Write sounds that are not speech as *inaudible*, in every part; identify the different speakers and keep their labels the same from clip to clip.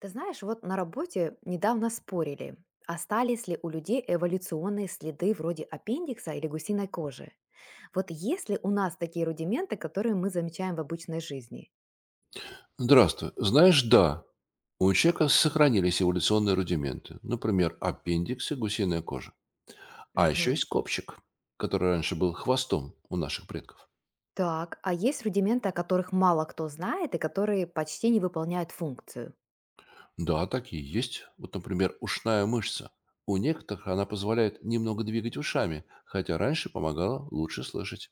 Speaker 1: Ты знаешь, вот на работе недавно спорили, остались ли у людей эволюционные следы вроде аппендикса или гусиной кожи. Вот есть ли у нас такие рудименты, которые мы замечаем в обычной жизни?
Speaker 2: Здравствуй. Знаешь, да, у человека сохранились эволюционные рудименты. Например, аппендикс и гусиная кожа. А еще
Speaker 1: Мгм.
Speaker 2: есть копчик, который раньше был хвостом у наших предков.
Speaker 1: Так, а есть рудименты, о которых мало кто знает и которые почти не выполняют функцию?
Speaker 2: Да, такие есть. Вот, например, ушная мышца. У некоторых она позволяет немного двигать ушами, хотя раньше помогала лучше слышать.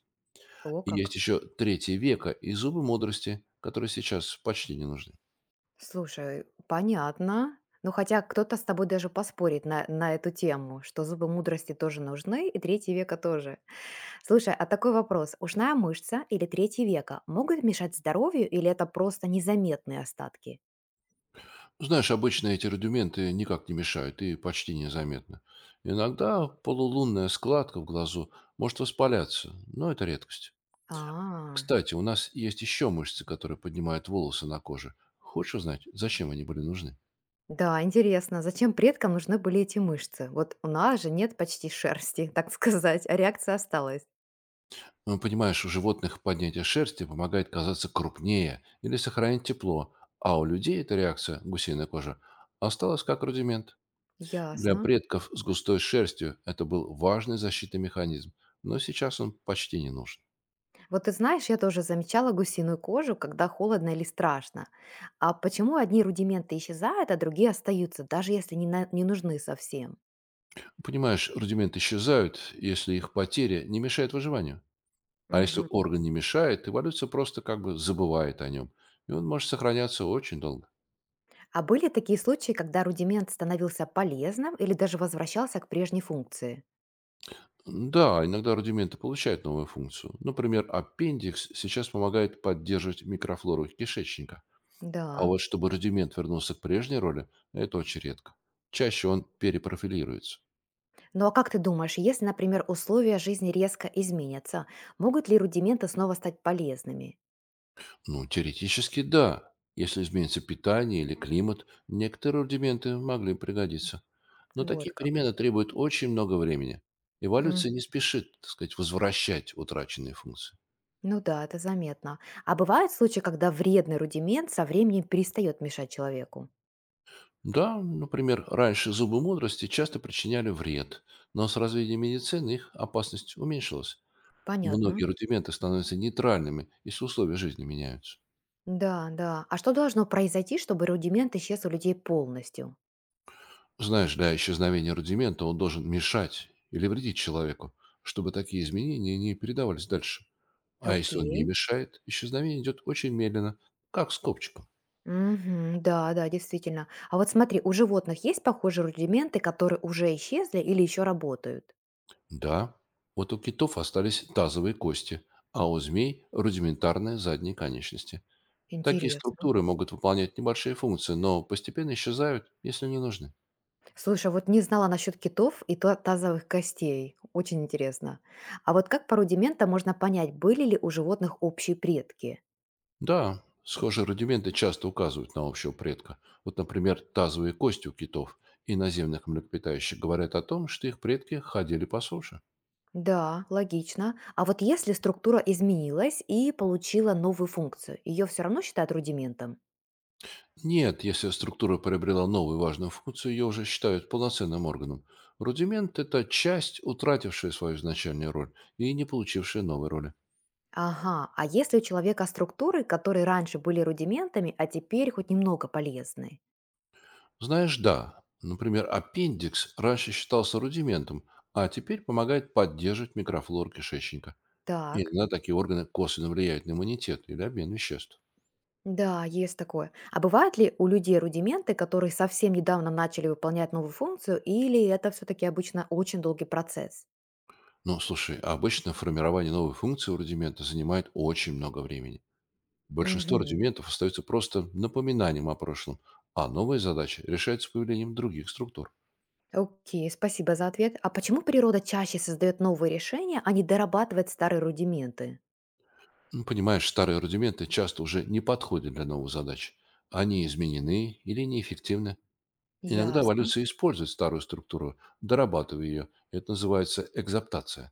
Speaker 1: О,
Speaker 2: И есть
Speaker 1: как.
Speaker 2: еще третье веко и зубы мудрости, которые сейчас почти не нужны.
Speaker 1: Слушай, понятно. Ну, хотя кто-то с тобой даже поспорит на эту тему, что зубы мудрости тоже нужны, и третий века тоже. Слушай, а такой вопрос. Ушная мышца или третье веко могут мешать здоровью или это просто незаметные остатки?
Speaker 2: Знаешь, обычно эти рудименты никак не мешают и почти незаметно. Иногда полулунная складка в глазу может воспаляться, но это редкость.
Speaker 1: А,
Speaker 2: Кстати, у нас есть еще мышцы, которые поднимают волосы на коже. Хочешь узнать, зачем они были нужны?
Speaker 1: да, интересно, зачем предкам нужны были эти мышцы? Вот у нас же нет почти шерсти, *laughs* так сказать, а реакция осталась.
Speaker 2: Ну, понимаешь, у животных поднятие шерсти помогает казаться крупнее или сохранить тепло, а у людей эта реакция, гусиная кожа, осталась как рудимент. Для
Speaker 1: Ясно.
Speaker 2: предков с густой шерстью это был важный защитный механизм, но сейчас он почти не нужен.
Speaker 1: Вот ты знаешь, я тоже замечала гусиную кожу, когда холодно или страшно. А почему одни рудименты исчезают, а другие остаются, даже если не нужны совсем?
Speaker 2: Понимаешь, рудименты исчезают, если их потеря не мешает выживанию. А если
Speaker 1: Мгм.
Speaker 2: орган не мешает, эволюция просто как бы забывает о нем. И он может сохраняться очень долго.
Speaker 1: А были такие случаи, когда рудимент становился полезным или даже возвращался к прежней функции?
Speaker 2: Да, иногда рудименты получают новую функцию. Например, аппендикс сейчас помогает поддерживать микрофлору кишечника. А
Speaker 1: Да.
Speaker 2: вот чтобы рудимент вернулся к прежней роли, это очень редко. Чаще он перепрофилируется.
Speaker 1: Ну а как ты думаешь, если, например, условия жизни резко изменятся, могут ли рудименты снова стать полезными?
Speaker 2: Ну, теоретически да. Если изменится питание или климат, некоторые рудименты могли пригодиться. Но
Speaker 1: Вот
Speaker 2: такие
Speaker 1: как.
Speaker 2: перемены требуют очень много времени.
Speaker 1: М.
Speaker 2: Эволюция не спешит, так сказать, возвращать утраченные функции.
Speaker 1: Ну да, это заметно. А бывают случаи, когда вредный рудимент со временем перестает мешать человеку?
Speaker 2: Да, например, раньше зубы мудрости часто причиняли вред, но с развитием медицины их опасность уменьшилась.
Speaker 1: Понятно.
Speaker 2: Многие рудименты становятся нейтральными, если условия жизни меняются.
Speaker 1: Да, да. А что должно произойти, чтобы рудимент исчез у людей полностью?
Speaker 2: Знаешь, для исчезновения рудимента он должен мешать или вредить человеку, чтобы такие изменения не передавались дальше. А если он не
Speaker 1: Окей.
Speaker 2: мешает, исчезновение идет очень медленно, как с копчиком.
Speaker 1: Мгм. Да, да, действительно. А вот смотри, у животных есть похожие рудименты, которые уже исчезли или еще работают?
Speaker 2: Да, вот у китов остались тазовые кости, а у змей– рудиментарные задние конечности. Такие
Speaker 1: Интересно.
Speaker 2: структуры могут выполнять небольшие функции, но постепенно исчезают, если не нужны.
Speaker 1: Слушай, вот не знала насчет китов и тазовых костей. Очень интересно. А вот как по рудиментам можно понять, были ли у животных общие предки?
Speaker 2: Да, схожие рудименты часто указывают на общего предка. Вот, например, тазовые кости у китов и наземных млекопитающих говорят о том, что их предки ходили по суше.
Speaker 1: Да, логично. А вот если структура изменилась и получила новую функцию, ее все равно считают рудиментом?
Speaker 2: Нет, если структура приобрела новую важную функцию, ее уже считают полноценным органом. Рудимент– это часть, утратившая свою изначальную роль и не получившая новой роли.
Speaker 1: Ага, а если у человека структуры, которые раньше были рудиментами, а теперь хоть немного полезны?
Speaker 2: Знаешь, да, например, аппендикс раньше считался рудиментом, а теперь помогает поддерживать микрофлору кишечника.
Speaker 1: Так,
Speaker 2: Иногда такие органы косвенно влияют на иммунитет или обмен веществ.
Speaker 1: да, есть такое. А бывают ли у людей рудименты, которые совсем недавно начали выполнять новую функцию, или это все-таки обычно очень долгий процесс?
Speaker 2: Ну, слушай, а обычно формирование новой функции у рудимента занимает очень много времени. Большинство
Speaker 1: Мгм.
Speaker 2: рудиментов остаются просто напоминанием о прошлом, а новые задачи решаются появлением других структур.
Speaker 1: Окей, спасибо за ответ. А почему природа чаще создает новые решения, а не дорабатывает старые рудименты?
Speaker 2: Ну, понимаешь, старые рудименты часто уже не подходят для новых задач. Они изменены или неэффективны. Иногда
Speaker 1: Ясно.
Speaker 2: эволюция использует старую структуру, дорабатывая ее. Это называется экзаптация.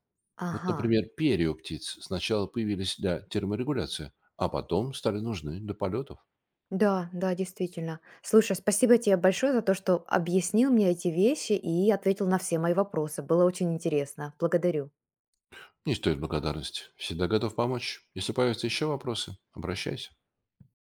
Speaker 2: Вот,
Speaker 1: Ага.
Speaker 2: например, перья у птиц сначала появились для терморегуляции, а потом стали нужны для полетов.
Speaker 1: Да, да, действительно. Слушай, спасибо тебе большое за то, что объяснил мне эти вещи и ответил на все мои вопросы. Было очень интересно. Благодарю.
Speaker 2: Не стоит благодарности. Всегда готов помочь. Если появятся еще вопросы, обращайся.